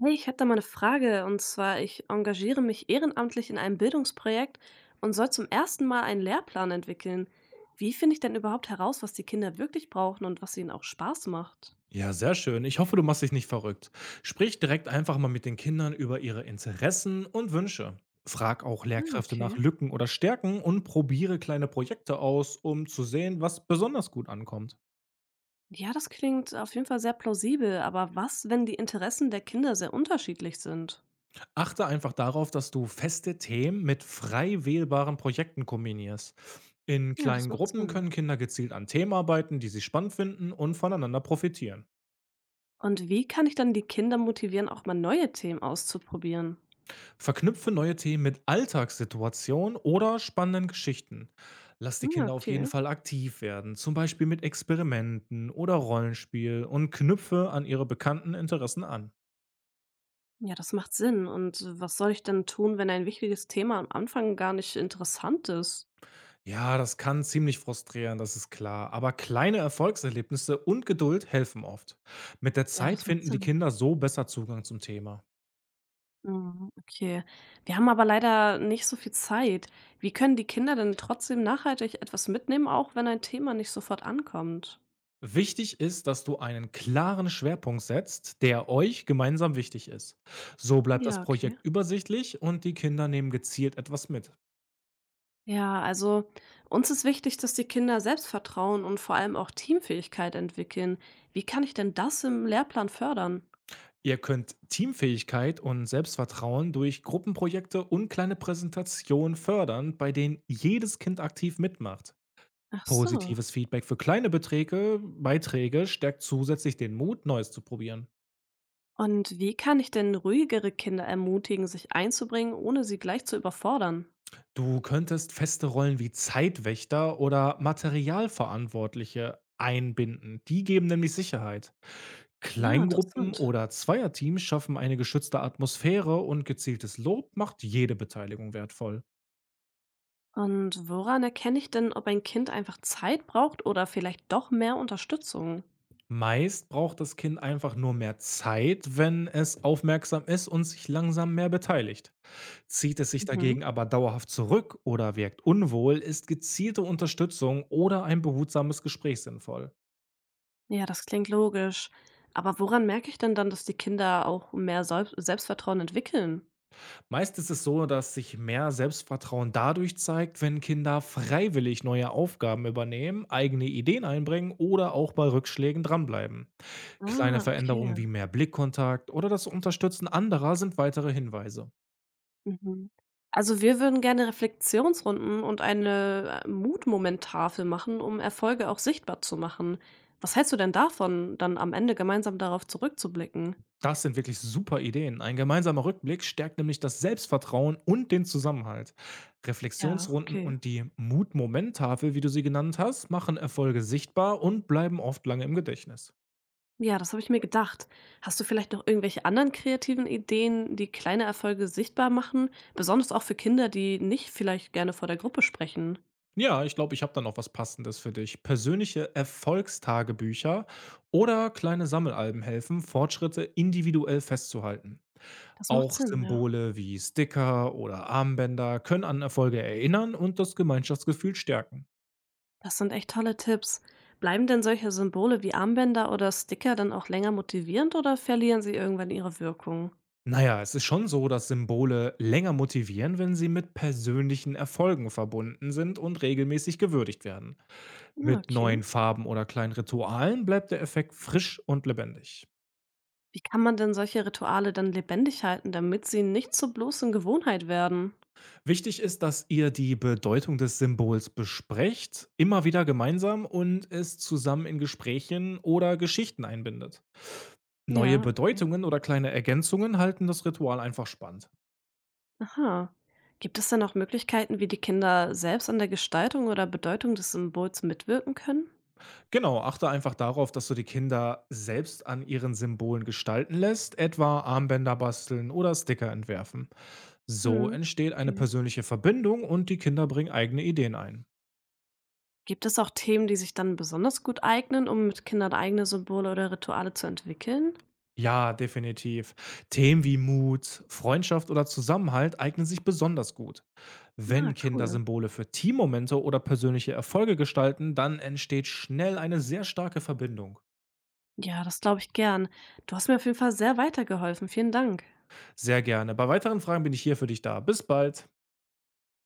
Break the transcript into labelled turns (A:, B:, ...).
A: Hey, ich hätte da mal eine Frage und zwar, ich engagiere mich ehrenamtlich in einem Bildungsprojekt und soll zum ersten Mal einen Lehrplan entwickeln. Wie finde ich denn überhaupt heraus, was die Kinder wirklich brauchen und was ihnen auch Spaß macht?
B: Ja, sehr schön. Ich hoffe, du machst dich nicht verrückt. Sprich direkt einfach mal mit den Kindern über ihre Interessen und Wünsche. Frag auch
A: Hm,
B: Lehrkräfte nach
A: okay.
B: Lücken oder Stärken und probiere kleine Projekte aus, um zu sehen, was besonders gut ankommt.
A: Ja, das klingt auf jeden Fall sehr plausibel, aber was, wenn die Interessen der Kinder sehr unterschiedlich sind?
B: Achte einfach darauf, dass du feste Themen mit frei wählbaren Projekten kombinierst. In
A: Ja, das
B: kleinen
A: macht
B: Gruppen können
A: Sinn.
B: Kinder gezielt an Themen arbeiten, die sie spannend finden und voneinander profitieren.
A: Und wie kann ich dann die Kinder motivieren, auch mal neue Themen auszuprobieren?
B: Verknüpfe neue Themen mit Alltagssituationen oder spannenden Geschichten. Lass die
A: Hm, ja,
B: Kinder auf jeden
A: okay.
B: Fall aktiv werden, zum Beispiel mit Experimenten oder Rollenspiel und knüpfe an ihre bekannten Interessen an.
A: Ja, das macht Sinn. Und was soll ich denn tun, wenn ein wichtiges Thema am Anfang gar nicht interessant ist?
B: Ja, das kann ziemlich frustrieren, das ist klar, aber kleine Erfolgserlebnisse und Geduld helfen oft. Mit der
A: Ja,
B: Zeit
A: das macht
B: finden die
A: Sinn.
B: Kinder so besser Zugang zum Thema.
A: Mhm, okay. Wir haben aber leider nicht so viel Zeit. Wie können die Kinder denn trotzdem nachhaltig etwas mitnehmen, auch wenn ein Thema nicht sofort ankommt?
B: Wichtig ist, dass du einen klaren Schwerpunkt setzt, der euch gemeinsam wichtig ist. So bleibt das
A: Ja, okay.
B: Projekt übersichtlich und die Kinder nehmen gezielt etwas mit.
A: Ja, also uns ist wichtig, dass die Kinder Selbstvertrauen und vor allem auch Teamfähigkeit entwickeln. Wie kann ich denn das im Lehrplan fördern?
B: Ihr könnt Teamfähigkeit und Selbstvertrauen durch Gruppenprojekte und kleine Präsentationen fördern, bei denen jedes Kind aktiv mitmacht.
A: Ach so.
B: Positives Feedback für kleine Beträge, Beiträge stärkt zusätzlich den Mut, Neues zu probieren.
A: Und wie kann ich denn ruhigere Kinder ermutigen, sich einzubringen, ohne sie gleich zu überfordern?
B: Du könntest feste Rollen wie Zeitwächter oder Materialverantwortliche einbinden. Die geben nämlich Sicherheit.
A: Na,
B: Kleingruppen
A: interessant.
B: oder Zweierteams schaffen eine geschützte Atmosphäre und gezieltes Lob macht jede Beteiligung wertvoll.
A: Und woran erkenne ich denn, ob ein Kind einfach Zeit braucht oder vielleicht doch mehr Unterstützung?
B: Meist braucht das Kind einfach nur mehr Zeit, wenn es aufmerksam ist und sich langsam mehr beteiligt. Zieht es sich
A: Mhm.
B: dagegen aber dauerhaft zurück oder wirkt unwohl, ist gezielte Unterstützung oder ein behutsames Gespräch sinnvoll.
A: Ja, das klingt logisch. Aber woran merke ich denn dann, dass die Kinder auch mehr Selbstvertrauen entwickeln?
B: Meist ist es so, dass sich mehr Selbstvertrauen dadurch zeigt, wenn Kinder freiwillig neue Aufgaben übernehmen, eigene Ideen einbringen oder auch bei Rückschlägen dranbleiben. Kleine
A: Ah, okay.
B: Veränderungen wie mehr Blickkontakt oder das Unterstützen anderer sind weitere Hinweise.
A: Mhm. Also, wir würden gerne Reflexionsrunden und eine, Mutmomenttafel machen, um Erfolge auch sichtbar zu machen. Was hältst du denn davon, dann am Ende gemeinsam darauf zurückzublicken?
B: Das sind wirklich super Ideen. Ein gemeinsamer Rückblick stärkt nämlich das Selbstvertrauen und den Zusammenhalt.
A: Ja,
B: Reflexionsrunden
A: okay.
B: und die Mut-Moment-Tafel, wie du sie genannt hast, machen Erfolge sichtbar und bleiben oft lange im Gedächtnis.
A: Ja, das habe ich mir gedacht. Hast du vielleicht noch irgendwelche anderen kreativen Ideen, die kleine Erfolge sichtbar machen, besonders auch für Kinder, die nicht vielleicht gerne vor der Gruppe sprechen?
B: Ja, ich glaube, ich habe da noch was Passendes für dich. Persönliche Erfolgstagebücher oder kleine Sammelalben helfen, Fortschritte individuell festzuhalten.
A: Das macht
B: Auch
A: Sinn, ja.
B: Symbole wie Sticker oder Armbänder können an Erfolge erinnern und das Gemeinschaftsgefühl stärken.
A: Das sind echt tolle Tipps. Bleiben denn solche Symbole wie Armbänder oder Sticker dann auch länger motivierend oder verlieren sie irgendwann ihre Wirkung?
B: Naja, es ist schon so, dass Symbole länger motivieren, wenn sie mit persönlichen Erfolgen verbunden sind und regelmäßig gewürdigt werden.
A: Ja,
B: Mit
A: okay.
B: neuen Farben oder kleinen Ritualen bleibt der Effekt frisch und lebendig.
A: Wie kann man denn solche Rituale dann lebendig halten, damit sie nicht zur bloßen Gewohnheit werden?
B: Wichtig ist, dass ihr die Bedeutung des Symbols besprecht, immer wieder gemeinsam und es zusammen in Gesprächen oder Geschichten einbindet. Neue
A: Ja, okay.
B: Bedeutungen oder kleine Ergänzungen halten das Ritual einfach spannend.
A: Aha. Gibt es denn auch Möglichkeiten, wie die Kinder selbst an der Gestaltung oder Bedeutung des Symbols mitwirken können?
B: Genau, achte einfach darauf, dass du die Kinder selbst an ihren Symbolen gestalten lässt, etwa Armbänder basteln oder Sticker entwerfen. So
A: Hm,
B: entsteht eine
A: okay.
B: persönliche Verbindung und die Kinder bringen eigene Ideen ein.
A: Gibt es auch Themen, die sich dann besonders gut eignen, um mit Kindern eigene Symbole oder Rituale zu entwickeln?
B: Ja, definitiv. Themen wie Mut, Freundschaft oder Zusammenhalt eignen sich besonders gut. Wenn
A: Na,
B: Kinder
A: cool.
B: Symbole für Teammomente oder persönliche Erfolge gestalten, dann entsteht schnell eine sehr starke Verbindung.
A: Ja, das glaube ich gern. Du hast mir auf jeden Fall sehr weitergeholfen. Vielen Dank.
B: Sehr gerne. Bei weiteren Fragen bin ich hier für dich da. Bis bald.